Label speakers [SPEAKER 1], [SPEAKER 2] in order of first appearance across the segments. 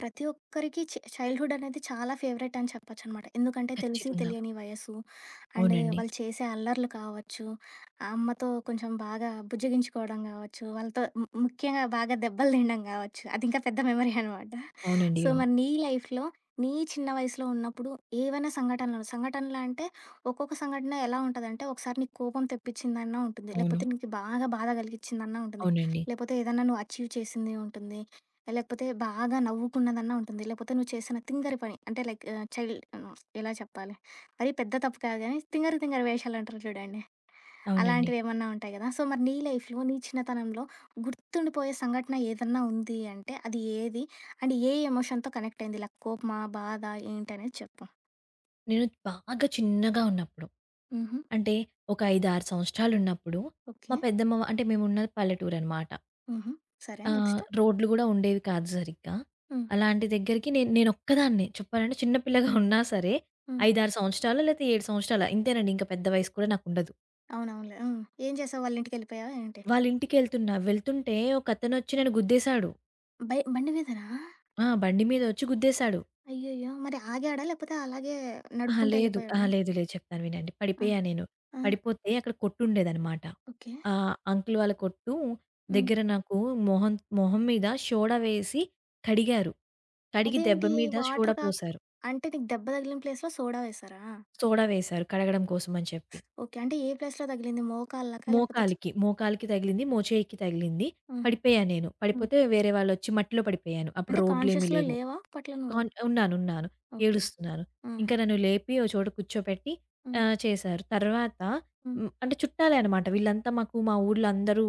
[SPEAKER 1] ప్రతి ఒక్కరికి చైల్డ్‌హుడ్ అనేది చాలా ఫేవరెట్ అని చెప్పొచ్చనమాట. ఎందుకంటే తెలిసి
[SPEAKER 2] ఖచ్చితంగా.
[SPEAKER 1] తెలియని వయసు. అండ్
[SPEAKER 2] అవునండి.
[SPEAKER 1] వాళ్ళు చేసే అల్లర్లు కావచ్చు, ఆ అమ్మతో కొంచెం బాగా బుజ్జగించుకోవడం కావచ్చు, వాళ్ళతో ముఖ్యంగా బాగా దెబ్బలు తినడం కావచ్చు. అది ఇంకా పెద్ద మెమరీ అనమాట.
[SPEAKER 2] అవునండి.
[SPEAKER 1] సో,
[SPEAKER 2] అవును.
[SPEAKER 1] మరి నీ లైఫ్‌లో నీ చిన్న వయసులో ఉన్నప్పుడు ఏవైనా సంఘటనలు సంఘటనలు అంటే ఒక్కొక్క సంఘటన ఎలా ఉంటదంటే, ఒకసారి నీకు కోపం తెప్పించిందన్నా ఉంటుంది.
[SPEAKER 2] అవును.
[SPEAKER 1] లేకపోతే నీకు బాగా బాధ కలిగించిందన్నా ఉంటుంది.
[SPEAKER 2] అవునండి.
[SPEAKER 1] లేకపోతే ఏదన్నా నువ్వు అచీవ్ చేసింది ఉంటుంది. లేకపోతే బాగా నవ్వుకున్నదన్నా ఉంటుంది. లేకపోతే నువ్వు చేసిన తింగరి పని అంటే లైక్ ఆహ్, చైల్డ్ ఎలా చెప్పాలి? మరీ పెద్ద తప్పు కాదు గానీ తింగరి తింగరి వేషాలంటారు చూడండి.
[SPEAKER 2] అవునండి.
[SPEAKER 1] అలాంటివేమన్నా ఉంటాయి గదా! సో, మరి నీ లైఫ్‌లో నీ చిన్నతనంలో గుర్తుండిపోయే సంఘటన ఏదన్నా ఉంది అంటే అది ఏది? అండ్ ఏ ఎమోషన్‌తో కనెక్ట్ అయింది? లైక్ కోపమా? బాధ? ఏంటనేది చెప్పు?
[SPEAKER 2] నేను బాగా చిన్నగా ఉన్నప్పుడు,
[SPEAKER 1] హుహు.
[SPEAKER 2] అంటే ఒక 5, 6 సంవత్సరాలున్నప్పుడు మా
[SPEAKER 1] ఓకే.
[SPEAKER 2] పెద్దమ్మ అంటే మేమున్నది పల్లెటూరనమాట.
[SPEAKER 1] హుహు. సరే. నెక్స్ట్?
[SPEAKER 2] రోడ్లు గూడా ఉండేవి కాదు సరిగ్గా.
[SPEAKER 1] హ్మ్.
[SPEAKER 2] అలాంటి దగ్గరికి నేనొక్కదాన్నే చెప్పాలంటే చిన్న పిల్లగా ఉన్నా సరే
[SPEAKER 1] హ్మ్.
[SPEAKER 2] 5, 6 సంవత్సరాలో లేతే 7 సంవత్సరాల ఇంతేనండి. ఇంక పెద్ద వయసు కూడా నాకుండదు.
[SPEAKER 1] అవునవునులే. హ్మ్. ఏం చేసావు వాళ్ళ ఇంటికెళ్ళిపోయావా ఏంటి?
[SPEAKER 2] వాళ్ళ ఇంటికెళ్తున్నా. వెళ్తుంటే ఒకతనొచ్చి నన్ను గుద్దేశాడు.
[SPEAKER 1] బండి మీదనా?
[SPEAKER 2] ఆ! బండి మీదొచ్చి గుద్దేశాడు.
[SPEAKER 1] అయ్యయ్యో! మరి ఆగాడా? లేకపోతే అలాగే
[SPEAKER 2] అహా!
[SPEAKER 1] నడుపుకుంటూ
[SPEAKER 2] లేదు.
[SPEAKER 1] ఎళ్ళిపోయాడా?
[SPEAKER 2] అహా! లేదు. లేదు. చెప్తాను వినండి.
[SPEAKER 1] ఆ!
[SPEAKER 2] పడిపోయా నేను.
[SPEAKER 1] ఆ!
[SPEAKER 2] పడిపోతే అక్కడ కొట్టుండేదనమాట.
[SPEAKER 1] ఓకే.
[SPEAKER 2] అంకుల్ వాళ్ళ కొట్టు
[SPEAKER 1] హ్మ్.
[SPEAKER 2] దగ్గర నాకు మొహం మొహం మీద సోడా వేసి కడిగారు. కడిగి దెబ్బ
[SPEAKER 1] అదేంటి
[SPEAKER 2] మీద సోడా
[SPEAKER 1] వాటర్ కాక్
[SPEAKER 2] పోసారు.
[SPEAKER 1] అంటే నీకు దెబ్బ తగిలిన ప్లేస్‌లో సోడా వేశారా?
[SPEAKER 2] సోడా వేశారు కడగడం కోసం అని చెప్పి.
[SPEAKER 1] ఓకే. అంటే ఏ ప్లేస్‌లో తగిలింది? మోకాళ్ళకా? లేకపోతే చే
[SPEAKER 2] మోకాలికి తగిలింది. మోచేయికి తగిలింది.
[SPEAKER 1] హుహు.
[SPEAKER 2] పడిపోయా నేను.
[SPEAKER 1] హ్మ్.
[SPEAKER 2] పడిపోతే వేరే వాళ్ళొచ్చి మట్టిలో పడిపోయాను. అప్పుడు
[SPEAKER 1] అంటే
[SPEAKER 2] రోడ్లేమి
[SPEAKER 1] కాన్షియస్‌లో
[SPEAKER 2] లేవు.
[SPEAKER 1] లేవా అప్పట్లో నువ్వు?
[SPEAKER 2] ఉన్నానున్నాను.
[SPEAKER 1] ఓకే.
[SPEAKER 2] ఏడుస్తున్నాను.
[SPEAKER 1] ఆహా!
[SPEAKER 2] ఇంకా నన్ను లేపి ఓ చోట కూర్చోపెట్టి
[SPEAKER 1] హ్మ్.
[SPEAKER 2] చేశారు. తర్వాత
[SPEAKER 1] హ్మ్.
[SPEAKER 2] అంటే చుట్టాలే అనమాట. వీళ్ళంతా మాకు మా ఊర్లో అందరూ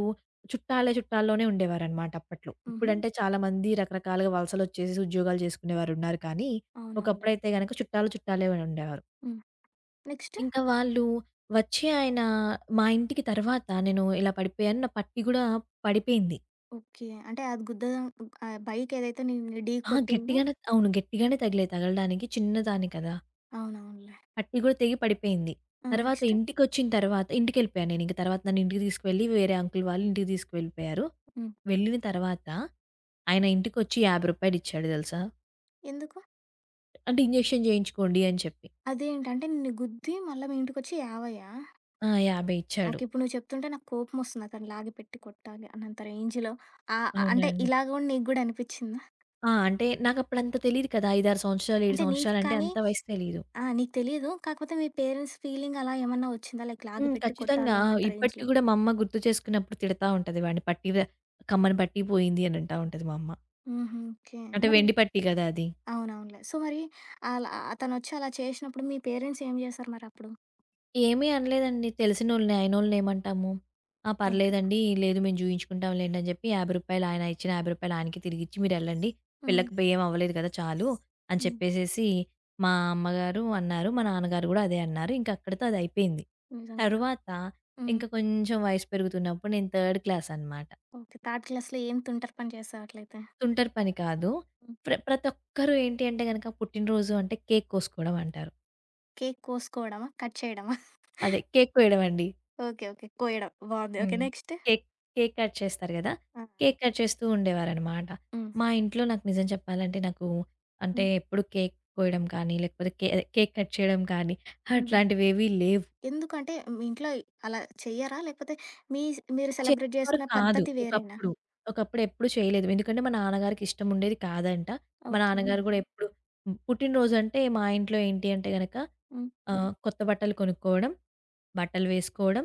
[SPEAKER 2] చుట్టాలే చుట్టాల్లోనే ఉండేవారనమాట అప్పట్లో.
[SPEAKER 1] హుహు.
[SPEAKER 2] ఇప్పుడంటే చాలామంది రకరకాలుగా వలసలొచ్చేసేసి ఉద్యోగాలు చేసుకునేవారున్నారు కానీ,
[SPEAKER 1] అవునవునులే.
[SPEAKER 2] ఒకప్పుడైతే గనక చుట్టాలు చుట్టాలే ఉండేవారు.
[SPEAKER 1] హ్మ్. నెక్స్ట్?
[SPEAKER 2] ఇంకా వాళ్ళు వచ్చి ఆయన మా ఇంటికి తర్వాత నేను ఇలా పడిపోయాను. నా పట్టి గూడా పడిపోయింది.
[SPEAKER 1] ఓకే. అంటే అది గుద్దడం ఆహ్, బైక్ ఏదైతే నిన్ను ఢీ
[SPEAKER 2] ఆ!
[SPEAKER 1] కొట్టిందో
[SPEAKER 2] గట్టిగానే అవును. గట్టిగానే తగిలాయి. తగలడానికి చిన్నదాన్ని కదా!
[SPEAKER 1] అవునవునులే.
[SPEAKER 2] పట్టి గూడా తెగి పడిపోయింది.
[SPEAKER 1] ఆ!
[SPEAKER 2] తర్వాత
[SPEAKER 1] నెక్స్ట్?
[SPEAKER 2] ఇంటికొచ్చిన తర్వాత ఇంటికెళ్ళిపోయాను నేనింక తర్వాత నన్నింటికి తీసుకువెళ్ళి వేరే అంకుల్ వాళ్ళు ఇంటికి తీసుకువెళ్ళిపోయారు.
[SPEAKER 1] హ్మ్.
[SPEAKER 2] వెళ్ళిన తర్వాత ఆయన ఇంటికొచ్చి రూ. 50 ఇచ్చాడు తెలుసా?
[SPEAKER 1] ఎందుకు?
[SPEAKER 2] అంటే ఇంజెక్షన్ చేయించుకోండి అని చెప్పి.
[SPEAKER 1] అదేంటి? అంటే నిన్ను గుద్ది మళ్ళా మీ ఇంటికొచ్చి 50ఆ?
[SPEAKER 2] ఆ! 50 ఇచ్చాడు.
[SPEAKER 1] నాకిప్పుడు నువ్వు చెప్తుంటే నాకు కోపం వస్తుంది. అతన్ని లాగిపెట్టి కొట్టాలి అన్నంత రేంజ్‌లో ఆహ్, అంటే
[SPEAKER 2] అవునండి.
[SPEAKER 1] ఇలా గూడా నీకు గూడా అనిపిచ్చిందా?
[SPEAKER 2] ఆ! అంటే నాకప్పుడంత తెలీదు కదా! 5, 6 సంవత్సరాలు, 7
[SPEAKER 1] అంటే నీకు
[SPEAKER 2] సంవత్సరాలంటే
[SPEAKER 1] కానీ
[SPEAKER 2] అంత వయసు తెలీదు.
[SPEAKER 1] ఆ! నీకు తెలీదు. కాకపోతే మీ పేరెంట్స్ ఫీలింగ్ అలా ఏమన్నా వచ్చిందా? లైక్
[SPEAKER 2] హ్మ్.
[SPEAKER 1] లాగిపెట్టి కొట్టాలి
[SPEAKER 2] ఖచ్చితంగా
[SPEAKER 1] అన్నంత
[SPEAKER 2] ఇప్పటికి
[SPEAKER 1] రేంజ్‌లో.
[SPEAKER 2] గూడా మా అమ్మ గుర్తు చేసుకున్నప్పుడు తిడతా ఉంటది వాడిని పట్టి కమ్మని పట్టి పోయింది అని అంటా ఉంటది మా అమ్మ.
[SPEAKER 1] హుహు. ఓకే.
[SPEAKER 2] అంటే
[SPEAKER 1] మరి
[SPEAKER 2] వెండి పట్టి గదా అది.
[SPEAKER 1] అవునవునులే. సో, మరి అలా అతనొచ్చి అలా చేసినప్పుడు మీ పేరెంట్స్ ఏం చేశారు మరప్పుడు?
[SPEAKER 2] ఏమీ అనలేదండి. తెలిసినోళ్ళని, అయినోళ్ళని ఏమంటాము? ఆ!
[SPEAKER 1] ఓకే.
[SPEAKER 2] పర్లేదండి. లేదు మేము జూయించుకుంటాం లెండి అని జెప్పి రూ. 50 ఆయన ఇచ్చిన రూ. 50 ఆయనకి తిరిగిచ్చి మీరెళ్ళండి.
[SPEAKER 1] హ్మ్.
[SPEAKER 2] పిల్లకి భయం అవ్వలేదు గదా! చాలు అని
[SPEAKER 1] హ్మ్.
[SPEAKER 2] చెప్పేసేసి మా అమ్మగారు అన్నారు. మా నాన్నగారు గూడా అదే అన్నారు. ఇంక అక్కడితో అది అయిపోయింది.
[SPEAKER 1] నిజంగా.
[SPEAKER 2] తరువాత
[SPEAKER 1] హ్మ్.
[SPEAKER 2] ఇంక కొంచెం వయసు పెరుగుతున్నప్పుడు నేను థర్డ్ క్లాస్ అనమాట.
[SPEAKER 1] ఓకే. థర్డ్ క్లాస్‌లో ఏం తుంటరి పని చేశావు అట్లయితే?
[SPEAKER 2] తుంటరి పని కాదు.
[SPEAKER 1] హ్మ్.
[SPEAKER 2] ప్రతి ఒక్కరు ఏంటి అంటే గనక పుట్టినరోజు అంటే కేక్ కోసుకోవడం అంటారు.
[SPEAKER 1] కేక్ కోసుకోవడమా? కట్ చేయడమా?
[SPEAKER 2] అదే కేక్ కోయడం అండి.
[SPEAKER 1] ఓకే. ఓకే. కోయడం. బావుంది. ఓకే.
[SPEAKER 2] హ్మ్.
[SPEAKER 1] నెక్స్ట్?
[SPEAKER 2] కేక్ కేక్ కట్ చేస్తారు గదా!
[SPEAKER 1] ఆ!
[SPEAKER 2] కేక్ కట్ చేస్తూ ఉండేవారనమాట.
[SPEAKER 1] హ్మ్.
[SPEAKER 2] మా ఇంట్లో నాకు నిజం చెప్పాలంటే నాకు అంటే
[SPEAKER 1] హ్మ్.
[SPEAKER 2] ఎప్పుడు కేక్ కోయడం కానీ, లేకపోతే కేక్ కట్ చేయడం కానీ
[SPEAKER 1] హ్మ్.
[SPEAKER 2] అట్లాంటివేవీ లేవు.
[SPEAKER 1] ఎందుకంటే మీ ఇంట్లో అలా చెయ్యరా? లేకపోతే మీ స్ మీరు సెలబ్రేట్
[SPEAKER 2] చేసేవారు
[SPEAKER 1] చేసుకునే
[SPEAKER 2] కాదు
[SPEAKER 1] పద్ధతి వేరేనా?
[SPEAKER 2] ఒకప్పుడు. ఒకప్పుడు ఎప్పుడు చేయలేదు. ఎందుకంటే మా నాన్నగారికి ఇష్టముండేది కాదంట. మా
[SPEAKER 1] ఓకే.
[SPEAKER 2] నాన్నగారు గూడా ఎప్పుడు పుట్టినరోజంటే మా ఇంట్లో ఏంటి అంటే గనక
[SPEAKER 1] హ్మ్.
[SPEAKER 2] కొత్త బట్టలు కొనుక్కోవడం, బట్టలు వేసుకోవడం,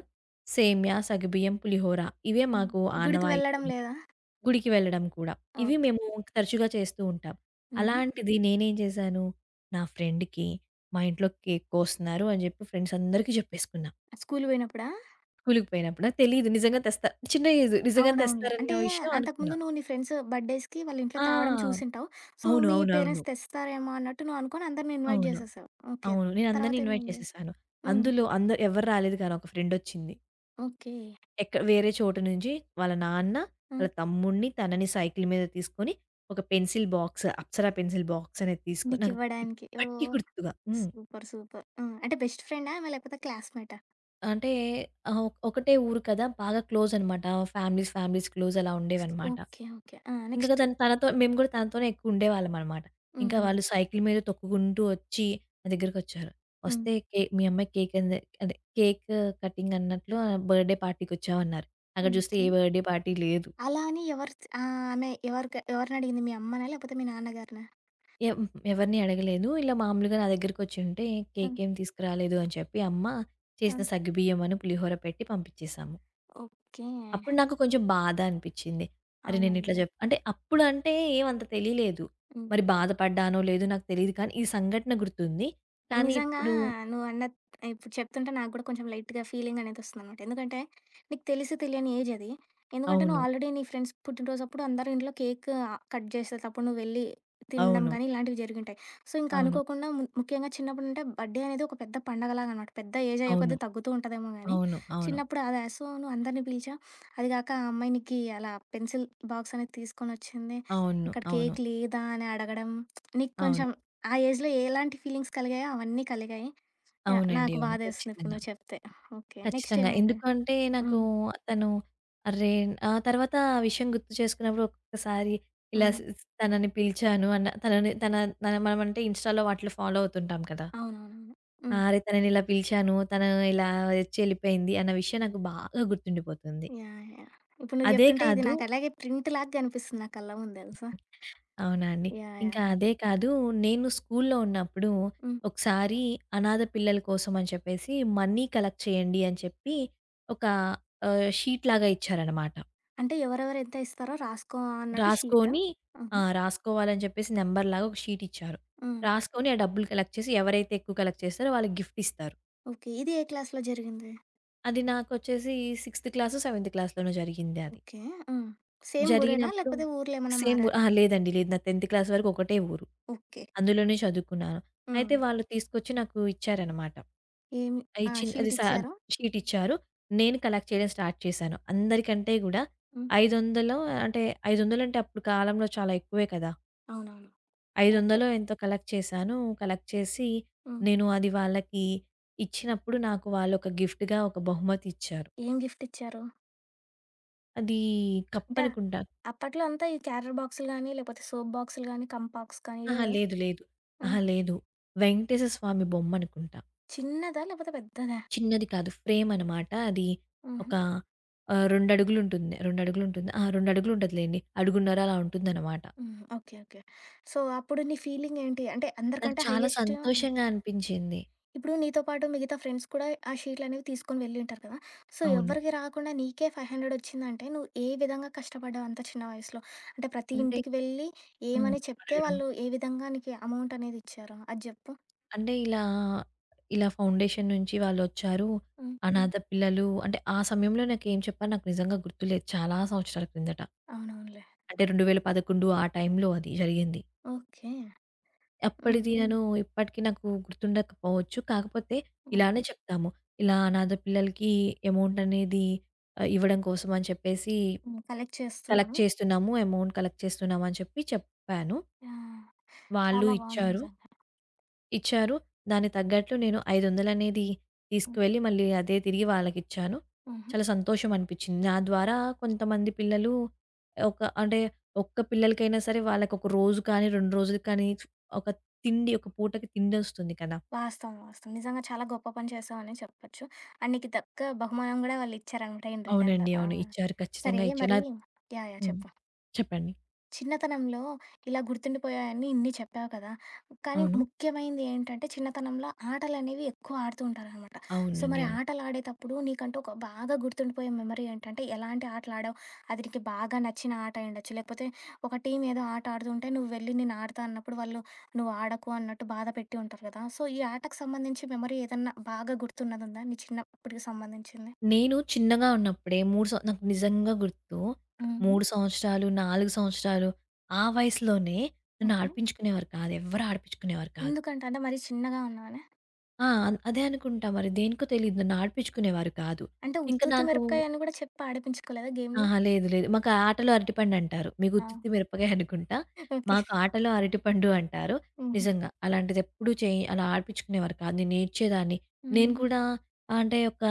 [SPEAKER 2] సేమ్యా, సగ్గుబియ్యం, పులిహోర ఇవే
[SPEAKER 1] హ్మ్.
[SPEAKER 2] మాకు
[SPEAKER 1] గుడికి
[SPEAKER 2] ఆనవాయితీ.
[SPEAKER 1] వెళ్ళడం లేదా?
[SPEAKER 2] గుడికి వెళ్ళడం కూడా. ఇవి
[SPEAKER 1] ఓకే.
[SPEAKER 2] మేము తరచుగా చేస్తూ ఉంటాం.
[SPEAKER 1] హుహు.
[SPEAKER 2] అలాంటిది నేనేం చేశాను, నా ఫ్రెండ్‌కి మా ఇంట్లో కేక్ కోస్తున్నారు అని చెప్పి ఫ్రెండ్స్ అందరికీ చెప్పేసుకున్నా.
[SPEAKER 1] స్కూలు పోయినప్పుడా?
[SPEAKER 2] స్కూలుకి పోయినప్పుడు. నాకు తెలీదు నిజంగా చిన్న ఏజ్ నిజంగా
[SPEAKER 1] అవునవునులే. అంటే
[SPEAKER 2] తెస్తారన్న విషయం అనుకున్నా.
[SPEAKER 1] అంతకుముందు నువ్వు నీ ఫ్రెండ్స్ బర్త్‌డేస్‌కి వాళ్ళ ఇంట్లో తేవడం
[SPEAKER 2] ఆ!
[SPEAKER 1] చూసుంటావు. సో,
[SPEAKER 2] అవును.
[SPEAKER 1] మీ
[SPEAKER 2] అవునవును అవును.
[SPEAKER 1] పేరెంట్స్ తెస్తారేమో అన్నట్టు నువ్వు అనుకోని అందరిని ఇన్వైట్
[SPEAKER 2] అవును.
[SPEAKER 1] చేసేసావు. ఓకే.
[SPEAKER 2] అవును నేను అందరిని ఇన్వైట్
[SPEAKER 1] తర్వాతేమైంది?
[SPEAKER 2] చేసేసాను.
[SPEAKER 1] హ్మ్.
[SPEAKER 2] అందులో అందరు ఎవరు రాలేదు కానీ ఒక ఫ్రెండొచ్చింది.
[SPEAKER 1] ఓకే.
[SPEAKER 2] వేరే చోటు నుంచి వాళ్ళ నాన్న, వాళ్ళ
[SPEAKER 1] హ్మ్.
[SPEAKER 2] తమ్ముడిని, తనని సైకిల్ మీద తీసుకొని ఒక pencil box, Apsara pencil box అనేది తీసుకొని నాకు
[SPEAKER 1] నీకివ్వడానికి.
[SPEAKER 2] ఇప్పటికి
[SPEAKER 1] ఓహ్!
[SPEAKER 2] గుర్తుగా. హ్మ్.
[SPEAKER 1] సూపర్. సూపర్. ఆ! అంటే బెస్ట్ ఫ్రెండా ఆమె లేకపోతే క్లాస్‌మేటా?
[SPEAKER 2] అంటే ఒకటే ఊరు కదా! బాగా క్లోజ్ అనమాట. ఫ్యామిలీస్ క్లోజ్ అలా ఉండేవన్నమాట.
[SPEAKER 1] ఓకే. ఓకే. ఆ!
[SPEAKER 2] ఇంకా
[SPEAKER 1] నెక్స్ట్?
[SPEAKER 2] తనతో మేము కూడా తనతోనే ఎక్కువ ఉండేవాళ్ళం అనమాట. ఇంకా
[SPEAKER 1] హ్మ్.
[SPEAKER 2] వాళ్ళు సైకిల్ మీద తొక్కుకుంటూ వచ్చి నా దగ్గరికొచ్చారు.
[SPEAKER 1] హ్మ్.
[SPEAKER 2] వస్తే "మీ అమ్మాయి కేక్ అండ్" అదే కేక్ కటింగ్ అన్నట్లు బర్త్‌డే పార్టీకొచ్చామన్నారు. అక్కడ చూస్తే
[SPEAKER 1] ఓకే.
[SPEAKER 2] ఏ బర్త్‌డే పార్టీ లేదు.
[SPEAKER 1] అలా అని ఎవరు చ్ ఆహ్, ఆమె ఎవరికి ఎవరినడిగింది? మీ అమ్మనా? లేకపోతే మీ నాన్నగారినా?
[SPEAKER 2] ఎవ్ ఎవరిని అడగలేదు. ఇలా మామూలుగా నా దగ్గరికొచ్చుంటే
[SPEAKER 1] ఆ!
[SPEAKER 2] కేకేం తీసుకురాలేదు అని చెప్పి అమ్మ
[SPEAKER 1] ఆ!
[SPEAKER 2] చేసిన సగ్గుబియ్యం అను పులిహోర పెట్టి పంపించేసాము.
[SPEAKER 1] ఓకే.
[SPEAKER 2] అప్పుడు నాకు కొంచెం బాధ అనిపిచ్చింది. అరె! నేనిట్లా
[SPEAKER 1] అవునవునులే.
[SPEAKER 2] జెప్ అంటే అప్పుడంటే ఏమంత తెలీలేదు. మరి
[SPEAKER 1] హ్మ్.
[SPEAKER 2] బాధపడ్డానో లేదో నాకు తెలీదు కానీ ఈ సంఘటన గుర్తుంది. కానీ
[SPEAKER 1] నిజంగా
[SPEAKER 2] ఇప్పుడు
[SPEAKER 1] నువ్వన్న ఇప్పుడు చెప్తుంటే నాకు కూడా కొంచెం లైట్‌గా ఫీలింగ్ అనేది వస్తుందనమాట. ఎందుకంటే, నీకు తెలిసి తెలియని ఏజ్ అది. ఎందుకంటే, నువ్వు
[SPEAKER 2] అవును.
[SPEAKER 1] ఆల్రెడీ నీ ఫ్రెండ్స్ పుట్టినరోజప్పుడు అందరి ఇంట్లో కేక్ కట్ చేసేటప్పుడు నువ్వెళ్ళి తినడం
[SPEAKER 2] అవును.
[SPEAKER 1] గానీ, ఇలాంటివి జరిగుంటాయి. సో, ఇంకా
[SPEAKER 2] అవును.
[SPEAKER 1] అనుకోకుండా ముఖ్యంగా చిన్నప్పుడంటే బర్త్‌డే అనేది ఒక పెద్ద పండగలాగనమాట. పెద్ద ఏజ్ అయ్యే
[SPEAKER 2] అవును.
[SPEAKER 1] కొద్దీ తగ్గుతూ ఉంటదేమో గానీ,
[SPEAKER 2] అవును. అవును.
[SPEAKER 1] చిన్నప్పుడు అదా. సో, నువ్వు అందరిని పిలిచావు. అది గాక ఆ అమ్మాయి నీకి అలా పెన్సిల్ బాక్స్ అనేది తీసుకొనొచ్చింది.
[SPEAKER 2] అవును. అవును.
[SPEAKER 1] అక్కడ
[SPEAKER 2] అవును.
[SPEAKER 1] కేక్ లేదా అని అడగడం, నీకు
[SPEAKER 2] అవును.
[SPEAKER 1] కొంచెం ఆ ఏజ్‌లో ఎలాంటి ఫీలింగ్స్ కలిగాయో అవన్నీ కలిగాయి. యాహ్!
[SPEAKER 2] అవునండి.
[SPEAKER 1] నాకు
[SPEAKER 2] అవును.
[SPEAKER 1] బాధేస్తుంది ఇప్పుడు
[SPEAKER 2] ఖచ్చితంగా.
[SPEAKER 1] నువ్వు చెప్తే. ఓకే. నెక్స్ట్
[SPEAKER 2] ఖచ్చితంగా.
[SPEAKER 1] ఏమైంది?
[SPEAKER 2] ఎందుకంటే నాకు
[SPEAKER 1] హ్మ్.
[SPEAKER 2] తను అర్రే! ఆ తర్వాత ఆ విషయం గుర్తు చేసుకున్నప్పుడు ఒక్కొక్కసారి ఇలా
[SPEAKER 1] హ్మ్.
[SPEAKER 2] స్ స్ తనని పిలిచాను అన్న తనని తన తన మనమంటే ఇన్‌స్టాలో వాటిలో ఫాలో అవుతుంటాం కదా!
[SPEAKER 1] అవునవునవును.
[SPEAKER 2] ఆ!
[SPEAKER 1] హ్మ్.
[SPEAKER 2] అరే! తనని ఇలా పిలిచాను. తను ఇలా వచ్చి ఎళ్ళిపోయింది అన్న విషయం నాకు బాగా గుర్తుండిపోతుంది.
[SPEAKER 1] యాహ్! యాహ్! ఇప్పుడు నువ్వు
[SPEAKER 2] అదే
[SPEAKER 1] చెప్తుంటే ఇది
[SPEAKER 2] కాదు
[SPEAKER 1] నాకు అలాగే ప్రింట్ లాగా కనిపిస్తుంది నా కళ్ళ ముందు తెలుసా?
[SPEAKER 2] అవునా అండి.
[SPEAKER 1] యాహ్!
[SPEAKER 2] ఇంకా
[SPEAKER 1] యాహ్!
[SPEAKER 2] అదే కాదు నేను స్కూల్లో ఉన్నప్పుడు
[SPEAKER 1] హ్మ్.
[SPEAKER 2] ఒకసారి అనాథ పిల్లల కోసం అని చెప్పేసి మనీ కలెక్ట్ చేయండి అని చెప్పి ఒక షీట్ లాగా ఇచ్చారనమాట.
[SPEAKER 1] అంటే ఎవరెవరు ఎంత ఇస్తారో రాసుకో అన్నట్టు షీటా?
[SPEAKER 2] రాసుకొని ఆ!
[SPEAKER 1] హుహు.
[SPEAKER 2] రాసుకోవాలని చెప్పేసి నంబర్‌లాగా ఒక షీట్ ఇచ్చారు.
[SPEAKER 1] హ్మ్.
[SPEAKER 2] రాసుకొని ఆ డబ్బులు కలెక్ట్ చేసి ఎవరైతే ఎక్కువ కలెక్ట్ చేస్తారో వాళ్ళకి గిఫ్ట్ ఇస్తారు.
[SPEAKER 1] ఓకే. ఇది ఏ క్లాస్‌లో జరిగింది?
[SPEAKER 2] అది నాకొచ్చేసి సిక్స్త్ క్లాసో, సెవెంత్ క్లాస్‌లోనో జరిగింది అది.
[SPEAKER 1] ఓకే. హ్మ్. సేమ్ ఊరేనా?
[SPEAKER 2] జరిగినప్పుడు
[SPEAKER 1] లేకపోతే ఊర్లో ఏమన్నా
[SPEAKER 2] సేమ్
[SPEAKER 1] మారారా?
[SPEAKER 2] అహా! లేదండి. లేదు. నా 10థ్ క్లాస్ వరకు ఒకటే ఊరు.
[SPEAKER 1] ఓకే.
[SPEAKER 2] అందులోనే చదువుకున్నాను.
[SPEAKER 1] హ్మ్.
[SPEAKER 2] అయితే వాళ్ళు తీసుకొచ్చి నాకు ఇచ్చారనమాట.
[SPEAKER 1] ఏమి
[SPEAKER 2] ఆ!
[SPEAKER 1] ఆ!
[SPEAKER 2] ఇచ్చిన అది
[SPEAKER 1] షీట్
[SPEAKER 2] సా
[SPEAKER 1] ఇచ్చారా?
[SPEAKER 2] షీట్ ఇచ్చారు. నేను కలెక్ట్ చేయడం స్టార్ట్ చేశాను. అందరికంటే గూడా
[SPEAKER 1] హ్మ్.
[SPEAKER 2] 500 అంటే, 500 అంటే అప్పుడు కాలంలో చాలా ఎక్కువే కదా!
[SPEAKER 1] అవునవును. కరెక్టే.
[SPEAKER 2] ఐదొందలో ఎంతో కలెక్ట్ చేశాను. కలెక్ట్ చేసి
[SPEAKER 1] హ్మ్.
[SPEAKER 2] నేను అది వాళ్ళకి ఇచ్చినప్పుడు నాకు వాళ్ళొక గిఫ్ట్‌గా ఒక బహుమతిచ్చారు.
[SPEAKER 1] ఏం గిఫ్ట్ ఇచ్చారు?
[SPEAKER 2] అది
[SPEAKER 1] అంటే
[SPEAKER 2] కప్పనుకుంటా.
[SPEAKER 1] అప్పట్లో అంతా ఈ క్యారర్ బాక్సులు గానీ, లేపోతే సోప్ బాక్సులు గానీ, కంపాక్స్ కానీ ఇవే
[SPEAKER 2] అహా!
[SPEAKER 1] గదా!
[SPEAKER 2] లేదు. లేదు.
[SPEAKER 1] హ్మ్.
[SPEAKER 2] అహా! లేదు. వెంకటేశ్వర స్వామి బొమ్మనుకుంటా.
[SPEAKER 1] చిన్నదా లేపోతే పెద్దదా?
[SPEAKER 2] చిన్నది కాదు. ఫ్రేమనమాట. అది ఒక
[SPEAKER 1] హుహు.
[SPEAKER 2] 2 అడుగులుంటుంది. 2 అడుగులుంటుందా? ఆ! 2 అడుగులుంటదిలెండి. అడుగున్నర అలా ఉంటుందనమాట.
[SPEAKER 1] హ్మ్. ఓకే. ఓకే. సో, అప్పుడు నీ ఫీలింగేంటి? అంటే
[SPEAKER 2] నాకు
[SPEAKER 1] అందరికంటే
[SPEAKER 2] చాలా
[SPEAKER 1] హైయెస్ట్
[SPEAKER 2] సంతోషంగా అనిపించింది.
[SPEAKER 1] ఇప్పుడు నీతో పాటు మిగతా ఫ్రెండ్స్ కూడా ఆ షీట్లనేవి తీసుకొని వెళ్ళింటారు కదా! సో,
[SPEAKER 2] అవును.
[SPEAKER 1] ఎవ్వరికీ రాకుండా నీకే 500 వచ్చిందంటే నువ్వు ఏ విధంగా కష్టపడ్డావు అంత చిన్న వయసులో? అంటే ప్రతి
[SPEAKER 2] అంటే
[SPEAKER 1] ఇంటికి వెళ్ళి
[SPEAKER 2] హ్మ్.
[SPEAKER 1] ఏమని చెప్తే
[SPEAKER 2] అడగడం.
[SPEAKER 1] వాళ్ళు ఏ విధంగా నీకు అమౌంటనేది ఇచ్చారు? అది జెప్పు?
[SPEAKER 2] అంటే ఇలా, ఇలా ఫౌండేషన్ నుంచి వాళ్ళొచ్చారు. హ్మ్.
[SPEAKER 1] హ్మ్.
[SPEAKER 2] అనాథ పిల్లలు అంటే ఆ సమయంలో నాకేం చెప్పారు నాకు నిజంగా గుర్తులేదు. చాలా సంవత్సరాల క్రిందట.
[SPEAKER 1] అవునవునులే.
[SPEAKER 2] అంటే 2011 ఆ టైంలో అది జరిగింది.
[SPEAKER 1] ఓకే. హ్మ్.
[SPEAKER 2] అప్పటిది హ్మ్. నేను ఇప్పటికి నాకు గుర్తుండకపోవచ్చు. కాకపోతే
[SPEAKER 1] హ్మ్.
[SPEAKER 2] ఇలానే చెప్తాము. ఇలా అనాథ పిల్లలకి అమౌంట్ అనేది ఇవ్వడం కోసం అని చెప్పేసి
[SPEAKER 1] హ్మ్. కలెక్ట్
[SPEAKER 2] కలెక్ట్
[SPEAKER 1] చేస్తున్నాను.
[SPEAKER 2] చేస్తున్నాము. అమౌంట్ కలెక్ట్ చేస్తున్నాము అని చెప్పి చెప్పాను.
[SPEAKER 1] ఆ!
[SPEAKER 2] వాళ్ళు
[SPEAKER 1] చాలా
[SPEAKER 2] హ్మ్.
[SPEAKER 1] బావుంది
[SPEAKER 2] ఇచ్చారు.
[SPEAKER 1] నిజంగా.
[SPEAKER 2] ఇచ్చారు. దానికి తగ్గట్లు నేను 500 అనేది
[SPEAKER 1] హ్మ్.
[SPEAKER 2] తీసుకువెళ్ళి మళ్ళీ అదే తిరిగి వాళ్ళకిచ్చాను.
[SPEAKER 1] హుహు.
[SPEAKER 2] చాలా సంతోషం అనిపిచ్చింది. నా ద్వారా కొంతమంది పిల్లలు ఒక అంటే ఒక్క పిల్లలకైనా సరే వాళ్ళకొక రోజు కానీ, 2 రోజులకి కానీ ఒక తిండి ఒక పూటకి తిండొస్తుంది కదా!
[SPEAKER 1] వాస్తవం. వాస్తవం. నిజంగా చాలా గొప్ప పని చేశావనే చెప్పొచ్చు. అండ్ నీకు దక్క బహుమానం గూడా వాళ్ళిచ్చారనమాట ఇన్ రిటర్న్‌లో.
[SPEAKER 2] అవునండి.
[SPEAKER 1] ఆ!
[SPEAKER 2] అవును. ఇచ్చారు.
[SPEAKER 1] సరే
[SPEAKER 2] ఖచ్చితంగా ఇచ్చారు. నా
[SPEAKER 1] మరి యాహ్! యాహ్!
[SPEAKER 2] హ్మ్.
[SPEAKER 1] చెప్పు.
[SPEAKER 2] చెప్పండి.
[SPEAKER 1] చిన్నతనంలో ఇలా గుర్తుండిపోయాయని ఇన్ని చెప్పావు కదా! కానీ
[SPEAKER 2] అవును.
[SPEAKER 1] ముఖ్యమైనది ఏంటంటే చిన్నతనంలో ఆటలనేవి ఎక్కువ ఆడుతూ ఉంటారనమాట. సో,
[SPEAKER 2] అవునండి.
[SPEAKER 1] మరి
[SPEAKER 2] అవును.
[SPEAKER 1] ఆటలాడేటప్పుడు నీకంటూ ఒక బాగా గుర్తుండిపోయే మెమరీ ఏంటంటే ఎలాంటి ఆటలాడావు? అది నీకు బాగా నచ్చిన ఆట అయ్యుండొచ్చు. లేకపోతే ఒక టీమ్ ఏదో ఆట ఆడుతుంటే నువ్వు వెళ్లి నేను ఆడతా అన్నప్పుడు వాళ్ళు నువ్వు ఆడకు అన్నట్టు బాధ పెట్టి ఉంటారు కదా! సో, ఈ ఆటకు సంబంధించి మెమరీ ఏదన్నా బాగా గుర్తున్నదుందా? నీ చిన్నప్పటికి సంబంధించింది?
[SPEAKER 2] నేను చిన్నగా ఉన్నప్పుడే 3 సం నాకు నిజంగా గుర్తు.
[SPEAKER 1] హుహు.
[SPEAKER 2] 3 సంవత్సరాలు, 4 సంవత్సరాలు ఆ వయసులోనే నన్ను
[SPEAKER 1] ఓకే.
[SPEAKER 2] ఆడిపించుకునేవారు కాదు. ఎవ్వరు ఆడిపించుకునేవారు కాదు.
[SPEAKER 1] ఎందుకంట? అంటే మరీ చిన్నగా ఉన్నావనా?
[SPEAKER 2] ఆ! అదే అనుకుంటా మరి దేనికో తెలీదు నన్ను ఆడిపించుకునేవారు కాదు.
[SPEAKER 1] అంటే
[SPEAKER 2] ఇంకా
[SPEAKER 1] ఉత్తుత్తి
[SPEAKER 2] నాకు
[SPEAKER 1] మిరపకాయ అని గూడా చెప్పి ఆడిపించుకోలేదా గేమ్‌లో?
[SPEAKER 2] అహా! లేదు లేదు. మాకు ఆటలో అరటిపండు అంటారు. మీకు
[SPEAKER 1] ఆ!
[SPEAKER 2] ఉత్తుత్తి మిరపకాయ అనుకుంటా.
[SPEAKER 1] ఓకే.
[SPEAKER 2] మాకు ఆటలో అరటిపండు అంటారు.
[SPEAKER 1] హుహు.
[SPEAKER 2] నిజంగా అలాంటిది ఎప్పుడూ చేయి అలా ఆడిపించుకునేవారు కాదు. నేను ఏడ్చేదాన్ని. నేను
[SPEAKER 1] హ్మ్.
[SPEAKER 2] కూడా అంటే ఒక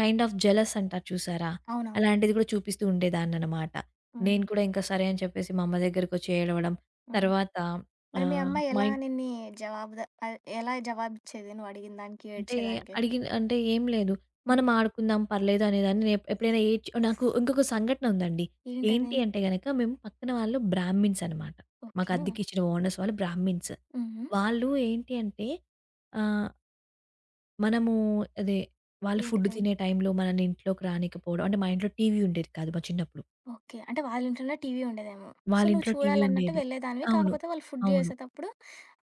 [SPEAKER 2] కైండ్ ఆఫ్ జెలస్ అంటారు చూసారా?
[SPEAKER 1] అవునవునులే.
[SPEAKER 2] అలాంటిది కూడా చూపిస్తూ ఉండేదాన్ననమాట.
[SPEAKER 1] హుహు.
[SPEAKER 2] నేను కూడా ఇంకా సరే అని చెప్పేసి మా అమ్మ దగ్గరికొచ్చి ఏడవడం.
[SPEAKER 1] హ్మ్.
[SPEAKER 2] తర్వాత
[SPEAKER 1] మరి మీ
[SPEAKER 2] ఆహ్,
[SPEAKER 1] అమ్మ
[SPEAKER 2] మా
[SPEAKER 1] ఎలా
[SPEAKER 2] ఇం
[SPEAKER 1] నిన్ని జవాబుద ఆహ్, ఎలా జవాబిచ్చేది నువ్వు అడిగిన దానికి,
[SPEAKER 2] అంటే
[SPEAKER 1] ఏడ్చేదానికి?
[SPEAKER 2] అంటే ఏం లేదు.
[SPEAKER 1] హ్మ్.
[SPEAKER 2] మనం ఆడుకుందాం పర్లేదు అనేదాన్ని. నేను ఎప్పుడైనా ఏడ్చి నాకు ఇంకొక సంఘటన ఉందండి.
[SPEAKER 1] ఏంటది?
[SPEAKER 2] ఏంటి అంటే గనక మేము పక్కన వాళ్ళు బ్రాహ్మిన్స్ అనమాట. మాకు
[SPEAKER 1] ఓకే.
[SPEAKER 2] అద్దెకిచ్చిన ఓనర్స్ వాళ్ళు బ్రాహ్మిన్స్.
[SPEAKER 1] హుహు.
[SPEAKER 2] వాళ్ళు ఏంటి అంటే ఆహ్, మనము అదే వాళ్ళు ఫుడ్
[SPEAKER 1] ఏంటిది?
[SPEAKER 2] తినే టైంలో మనల్ని ఇంట్లోకి రానికపోవడం అంటే మా ఇంట్లో టీవీ ఉండేది కాదు మా చిన్నప్పుడు.
[SPEAKER 1] ఓకే. అంటే వాళ్ళింట్లోనే టీవీ ఉండేదేమో. సో, నువ్వు
[SPEAKER 2] వాళ్ళింట్లో టీవీ
[SPEAKER 1] చూడాలన్నట్టు
[SPEAKER 2] ఉండేది.
[SPEAKER 1] వెళ్ళేదానివి.
[SPEAKER 2] అవును.
[SPEAKER 1] కాకపోతే వాళ్ళు ఫుడ్
[SPEAKER 2] అవును.
[SPEAKER 1] జేసేటప్పుడు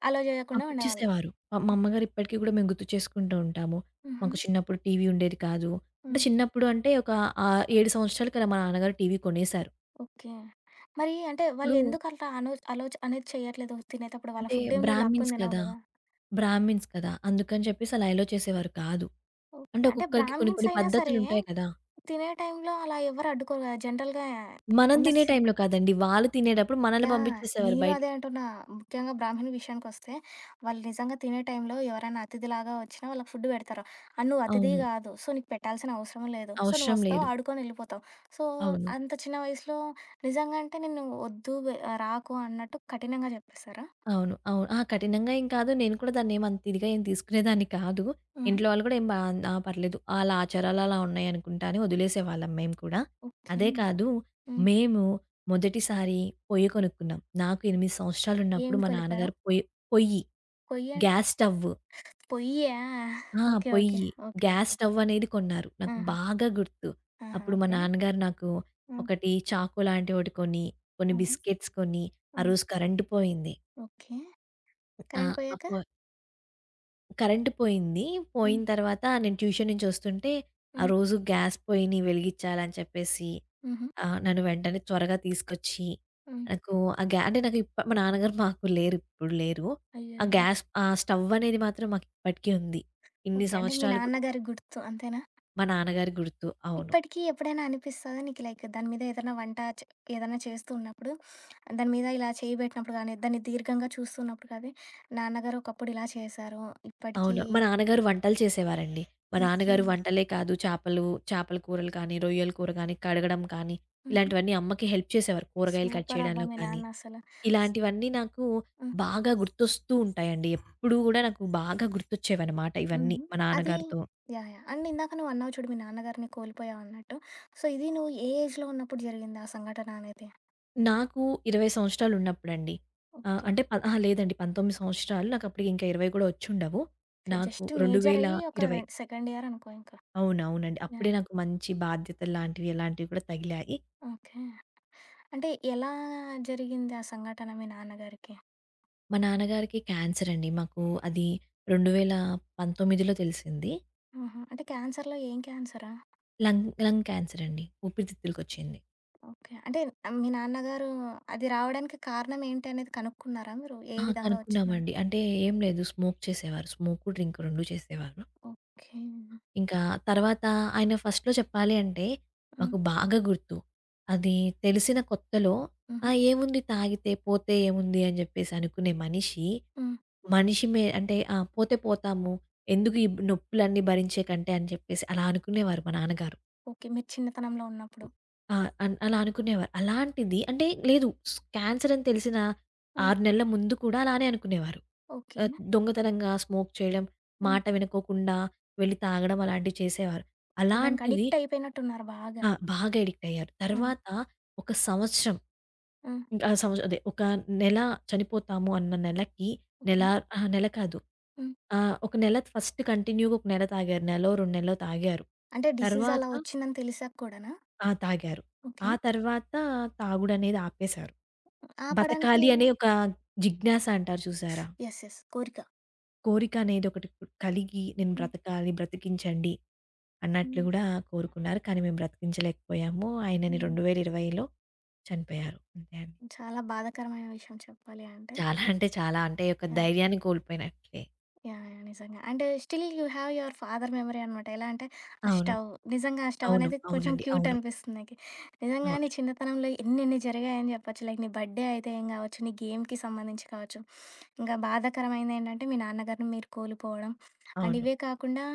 [SPEAKER 1] అలో జేయకుండా ఉండేవాళ్ళు.
[SPEAKER 2] పంపిచ్చేసేవారు. మా మా అమ్మగారు ఇప్పటికి గూడా మేము గుర్తు చేసుకుంటూ ఉంటాము.
[SPEAKER 1] హుహు.
[SPEAKER 2] మాకు చిన్నప్పుడు టీవీ ఉండేది కాదు. అంటే
[SPEAKER 1] హ్మ్.
[SPEAKER 2] చిన్నప్పుడు అంటే ఒక 7 సంవత్సరాలకలా మా నాన్నగారు టీవీ కొనేసారు.
[SPEAKER 1] ఓకే. మరి అంటే
[SPEAKER 2] ఇప్పుడు
[SPEAKER 1] వాళ్ళెందుకట్లా అలోచ్ అనేది చేయట్లేదు తినేటప్పుడు? వాళ్ళ
[SPEAKER 2] అంటే
[SPEAKER 1] ఫుడ్డేం నువ్వు
[SPEAKER 2] బ్రాహ్మిన్స్
[SPEAKER 1] లాక్కొని తినవు
[SPEAKER 2] కదా!
[SPEAKER 1] గదా!
[SPEAKER 2] బ్రాహ్మిన్స్ కదా! అందుకని చెప్పేసి అలా ఎలో చేసేవారు కాదు.
[SPEAKER 1] ఓకే.
[SPEAKER 2] అంటే
[SPEAKER 1] అంటే
[SPEAKER 2] ఒక్కొక్కరికి కొన్ని
[SPEAKER 1] బ్రాహ్మిన్స్
[SPEAKER 2] కొన్ని
[SPEAKER 1] అయినా సరే,
[SPEAKER 2] పద్ధతులుంటాయి కదా!
[SPEAKER 1] తినే టైంలో అలా ఎవ్వరు అడ్డుకోరు గదా! జనరల్‌గా
[SPEAKER 2] మనం
[SPEAKER 1] ఉన్న
[SPEAKER 2] తినే
[SPEAKER 1] సి
[SPEAKER 2] టైంలో కాదండి. వాళ్ళు తినేటప్పుడు మనల్ని
[SPEAKER 1] యాహ్!
[SPEAKER 2] పంపించేసేవారు
[SPEAKER 1] నేను
[SPEAKER 2] బయటికి.
[SPEAKER 1] అదే అంటున్నా. ముఖ్యంగా బ్రాహ్మిన్ విషయానికొస్తే, వాళ్ళు నిజంగా తినే టైంలో ఎవరైనా అతిథిలాగా వచ్చినా వాళ్ళకి ఫుడ్ పెడతారు. అండ్ నువ్వు అతిథి
[SPEAKER 2] అవును.
[SPEAKER 1] కాదు. సో, నీకు పెట్టాల్సిన అవసరం లేదు. సో,
[SPEAKER 2] అవసరం
[SPEAKER 1] నువ్వొస్తావు,
[SPEAKER 2] లేదు.
[SPEAKER 1] ఆడుకొని ఎళ్ళిపోతావు. సో,
[SPEAKER 2] అవును.
[SPEAKER 1] అంత చిన్న వయసులో నిజంగా అంటే, నిన్ను వద్దు వె రాకు అన్నట్టు కఠినంగా చెప్పేస్తారా?
[SPEAKER 2] అవును. అవును. ఆ! కఠినంగా ఏం కాదు. నేను కూడా దాన్నేమి అంత ఇదిగా ఏం తీసుకునేదాన్ని కాదు.
[SPEAKER 1] హుహు.
[SPEAKER 2] ఇంట్లో వాళ్ళు కూడా ఏం బా ఆ! పర్లేదు. ఆళ్ళ ఆచారాలు అలా ఉన్నాయనుకుంటా అని వదిలేసేవాళ్ళం మేము కూడా.
[SPEAKER 1] ఓకే.
[SPEAKER 2] అదే కాదు
[SPEAKER 1] హ్మ్.
[SPEAKER 2] మేము మొదటిసారి పొయ్యి కొనుక్కున్నాం. నాకు 8
[SPEAKER 1] ఏం
[SPEAKER 2] సంవత్సరాలున్నప్పుడు మా
[SPEAKER 1] కొలిపారు?
[SPEAKER 2] నాన్నగారు పొయ్యి పొయ్యి,
[SPEAKER 1] పొయ్యి అంటే
[SPEAKER 2] గ్యాస్ స్టవ్వు
[SPEAKER 1] పొయ్యా?
[SPEAKER 2] ఆ!
[SPEAKER 1] ఓకే. ఓకే.
[SPEAKER 2] పొయ్యి,
[SPEAKER 1] ఓకే.
[SPEAKER 2] Gas
[SPEAKER 1] okay.
[SPEAKER 2] స్టవ్ అనేది కొన్నారు. నాకు
[SPEAKER 1] ఆహా!
[SPEAKER 2] బాగా గుర్తు.
[SPEAKER 1] ఆహా!
[SPEAKER 2] అప్పుడు మా
[SPEAKER 1] ఓకే.
[SPEAKER 2] నాన్నగారు నాకు
[SPEAKER 1] హ్మ్.
[SPEAKER 2] ఒకటి చాకు లాంటి ఒకటి కొని, కొన్ని
[SPEAKER 1] హుహు.
[SPEAKER 2] బిస్కెట్స్ కొని, ఆ
[SPEAKER 1] హ్మ్.
[SPEAKER 2] రోజు కరెంట్ పోయింది.
[SPEAKER 1] ఓకే.
[SPEAKER 2] ఆ!
[SPEAKER 1] కరెంట్ పోయాక?
[SPEAKER 2] అపో కరెంట్ పోయింది.
[SPEAKER 1] హ్మ్.
[SPEAKER 2] పోయిన తర్వాత నేను ట్యూషన్ నుంచి వస్తుంటే, ఆ
[SPEAKER 1] హ్మ్.
[SPEAKER 2] రోజు గ్యాస్ పొయ్యిని వెలిగిచ్చాలని చెప్పేసి
[SPEAKER 1] హుహు.
[SPEAKER 2] నన్ను వెంటనే త్వరగా తీసుకొచ్చి,
[SPEAKER 1] హ్మ్.
[SPEAKER 2] నాకు ఆ గ్యా అంటే నాకు ఇప్ప మా నాన్నగారు మాకు లేరు, ఇప్పుడు లేరు. ఆ
[SPEAKER 1] అయ్యయ్యో!
[SPEAKER 2] గ్యాస్ ఆ స్టవ్ అనేది మాత్రం మాకు ఇప్పటికీ ఉంది. ఇన్ని
[SPEAKER 1] ఓకే. అంటే మీ
[SPEAKER 2] సంవత్సరాలు గు
[SPEAKER 1] నాన్నగారికి గుర్తు అంతేనా?
[SPEAKER 2] మా నాన్నగారి గుర్తు. అవును.
[SPEAKER 1] ఇప్పటికి ఎప్పుడైనా అనిపిస్తదా నీకు లైక్ దాని మీద ఏదైనా వంట చే ఏదైనా చేస్తూ ఉన్నప్పుడు, దాని మీద ఇలా చేయి పెట్టినప్పుడు గానీ, దాన్ని దీర్ఘంగా చూస్తున్నప్పుడు కానీ, నాన్నగారు ఒకప్పుడు ఇలా చేశారు, ఇప్పటికీ
[SPEAKER 2] అవును. మా నాన్నగారు వంటలు చేసేవారండి. మా
[SPEAKER 1] ఓకే.
[SPEAKER 2] నాన్నగారు వంటలే కాదు చేపలు, చేపల కూరలు కానీ, రొయ్యల కూర కానీ, కడగడం కానీ,
[SPEAKER 1] హుహు.
[SPEAKER 2] ఇలాంటివన్నీ అమ్మకి హెల్ప్ చేసేవారు. కూరగాయలు కట్
[SPEAKER 1] సూపర్ అబ్బా!
[SPEAKER 2] చేయడంలో
[SPEAKER 1] మీ
[SPEAKER 2] కానీ.
[SPEAKER 1] నాన్న అసల.
[SPEAKER 2] ఇలాంటివన్నీ నాకు
[SPEAKER 1] హ్మ్.
[SPEAKER 2] బాగా గుర్తొస్తూ ఉంటాయండి. ఎప్పుడూ గూడా నాకు బాగా గుర్తొచ్చేవనమాట ఇవన్నీ
[SPEAKER 1] హుహు.
[SPEAKER 2] మా
[SPEAKER 1] అది
[SPEAKER 2] నాన్నగారితో.
[SPEAKER 1] యాహ్! యాహ్! అండ్ ఇందాక నువ్వన్నావు చూడు మీ నాన్నగారిని కోల్పోయావన్నట్టు. సో, ఇది నువ్వు ఏ ఏజ్‌లో ఉన్నప్పుడు జరిగిందా ఆ సంఘటన అనేది?
[SPEAKER 2] నాకు 20 సంవత్సరాలున్నప్పుడండి ఆహ్,
[SPEAKER 1] ఓకే.
[SPEAKER 2] అంటే ప అహా! లేదండి 19 సంవత్సరాలు. నాకప్పటికి ఇంకా 20 కూడా వచ్చుండవు.
[SPEAKER 1] ఓకే.
[SPEAKER 2] నాకు
[SPEAKER 1] జస్ట్ మేజర్ అయ్యి ఒక
[SPEAKER 2] 2020
[SPEAKER 1] రె సెకండ్ ఇయర్ అనుకో ఇంకా.
[SPEAKER 2] అవునవునండి. అప్పుడే
[SPEAKER 1] యాహ్!
[SPEAKER 2] నాకు మంచి బాధ్యతలు లాంటివి, అలాంటివి కూడా తగిలాయి.
[SPEAKER 1] ఓకే. అంటే ఎలా జరిగింది ఆ సంఘటన మీ నాన్నగారికి?
[SPEAKER 2] మా నాన్నగారికి క్యాన్సర్ అండి. మాకు అది 2019లో తెలిసింది.
[SPEAKER 1] ఆహా! అంటే క్యాన్సర్‌లో ఏం క్యాన్సరా?
[SPEAKER 2] లంగ్ లంగ్ క్యాన్సర్ అండి. ఊపిరితిత్తులకొచ్చింది.
[SPEAKER 1] ఓకే. అంటే మీ నాన్నగారు అది రావడానికి కారణం ఏంటి అనేది కనుక్కున్నారా మీరు? ఏ
[SPEAKER 2] అహా!
[SPEAKER 1] విధంగా వచ్చిందని?
[SPEAKER 2] కనుక్కున్నామండి. అంటే ఏం లేదు స్మోక్ చేసేవారు. స్మోకు, డ్రింకు 2 చేసేవారు.
[SPEAKER 1] ఓకే.
[SPEAKER 2] ఇంకా తర్వాత ఆయన ఫస్ట్‌లో చెప్పాలి అంటే
[SPEAKER 1] హ్మ్.
[SPEAKER 2] మాకు బాగా గుర్తు. అది తెలిసిన కొత్తలో ఆ!
[SPEAKER 1] హుహు.
[SPEAKER 2] ఏముంది తాగితే పోతే ఏముంది అని జెప్పేసి అనుకునే మనిషి,
[SPEAKER 1] హ్మ్.
[SPEAKER 2] మనిషి మే అంటే ఆ! పోతే పోతాము. ఎందుకు ఈ నొప్పులన్నీ భరించే కంటే అని చెప్పేసి అలా అనుకునేవారు మా నాన్నగారు.
[SPEAKER 1] ఓకే. మీరు చిన్నతనంలో ఉన్నప్పుడు.
[SPEAKER 2] ఆ! అలా అనుకునేవారు. అలాంటిది అంటే లేదు క్యాన్సర్ అని తెలిసిన
[SPEAKER 1] హ్మ్.
[SPEAKER 2] 6 నెలల ముందు కూడా అలానే అనుకునేవారు.
[SPEAKER 1] ఓకే.
[SPEAKER 2] దొంగతనంగా స్మోక్ చేయడం,
[SPEAKER 1] హ్మ్.
[SPEAKER 2] మాట వినుకోకుండా వెళ్లి తాగడం అలాంటివి చేసేవారు.
[SPEAKER 1] దానికి
[SPEAKER 2] అలాంటిది
[SPEAKER 1] అడిక్ట్ అయిపోయినట్టున్నారు బాగా.
[SPEAKER 2] ఆ! బాగా అడిక్ట్ అయ్యారు.
[SPEAKER 1] హ్మ్.
[SPEAKER 2] తర్వాత ఒక సంవత్సరం
[SPEAKER 1] హ్మ్.
[SPEAKER 2] ఇంకా ఆ సంవత్సరం అదే ఒక నెల చనిపోతాము అన్న నెలకి నెల
[SPEAKER 1] ఓకే.
[SPEAKER 2] అహా! నెల కాదు.
[SPEAKER 1] హ్మ్.
[SPEAKER 2] ఒక నెల ఫస్ట్ కంటిన్యూ‌గా ఒక నెల తాగారు. నెలో, 2 నెల్లో తాగారు.
[SPEAKER 1] అంటే డిసీజ్ అలా
[SPEAKER 2] తర్వాత
[SPEAKER 1] వచ్చిందని తెలిసాక కూడానా?
[SPEAKER 2] ఆ! తాగారు. ఆ
[SPEAKER 1] ఓకే.
[SPEAKER 2] తర్వాత తాగుడనేది ఆపేశారు.
[SPEAKER 1] ఆపడానికి
[SPEAKER 2] బతకాలి అనే ఒక జిజ్ఞాస అంటారు చూసారా?
[SPEAKER 1] యెస్. యెస్. కోరిక.
[SPEAKER 2] కోరిక అనేది ఒకటి కలిగి నేను
[SPEAKER 1] హ్మ్.
[SPEAKER 2] బ్రతకాలి, బ్రతికించండి అన్నట్లు
[SPEAKER 1] హ్మ్.
[SPEAKER 2] గూడా కోరుకున్నారు. కానీ మేము బ్రతికించలేకపోయాము. ఆయనని
[SPEAKER 1] హ్మ్.
[SPEAKER 2] 2020లో చనిపోయారు. అంతే అండి.
[SPEAKER 1] చాలా బాధాకరమైన విషయం చెప్పాలి అంటే.
[SPEAKER 2] చాలా అంటే చాలా అంటే ఒక
[SPEAKER 1] యాహ్!
[SPEAKER 2] ధైర్యాన్ని కోల్పోయినట్లే.
[SPEAKER 1] యాహ్! యాహ్! నిజంగా. అంటే still you have your father memory అనమాట. ఎలా అంటే ఆ
[SPEAKER 2] అవును.
[SPEAKER 1] స్టవ్. నిజంగా ఆ స్టవ్
[SPEAKER 2] అవును.
[SPEAKER 1] అనేది కొంచెం
[SPEAKER 2] అవునండి.
[SPEAKER 1] క్యూట్
[SPEAKER 2] అవును.
[SPEAKER 1] అనిపిస్తుంది నాకి. నిజంగా నీ
[SPEAKER 2] అవును.
[SPEAKER 1] చిన్నతనంలో ఎన్నెన్ని జరిగాయని చెప్పొచ్చు. లైక్ నీ బర్త్‌డే అయితే ఏం కావచ్చు, నీ గేమ్‌కి సంబంధించి కావచ్చు. ఇంకా బాధాకరమైనది ఏంటంటే మీ నాన్నగారిని మీరు కోల్పోవడం. అండ్
[SPEAKER 2] అవును.
[SPEAKER 1] ఇవే కాకుండా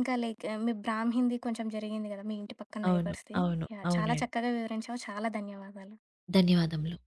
[SPEAKER 1] ఇంకా లైక్ మీ బ్రాహ్మిణ్‌ది కొంచెం జరిగింది కదా! మీ ఇంటి పక్కన
[SPEAKER 2] అవును.
[SPEAKER 1] నైబర్స్‌ది.
[SPEAKER 2] అవును.
[SPEAKER 1] యాహ్! చాలా
[SPEAKER 2] అవునండి.
[SPEAKER 1] చక్కగా వివరించావు. చాలా ధన్యవాదాలు.
[SPEAKER 2] ధన్యవాదములు.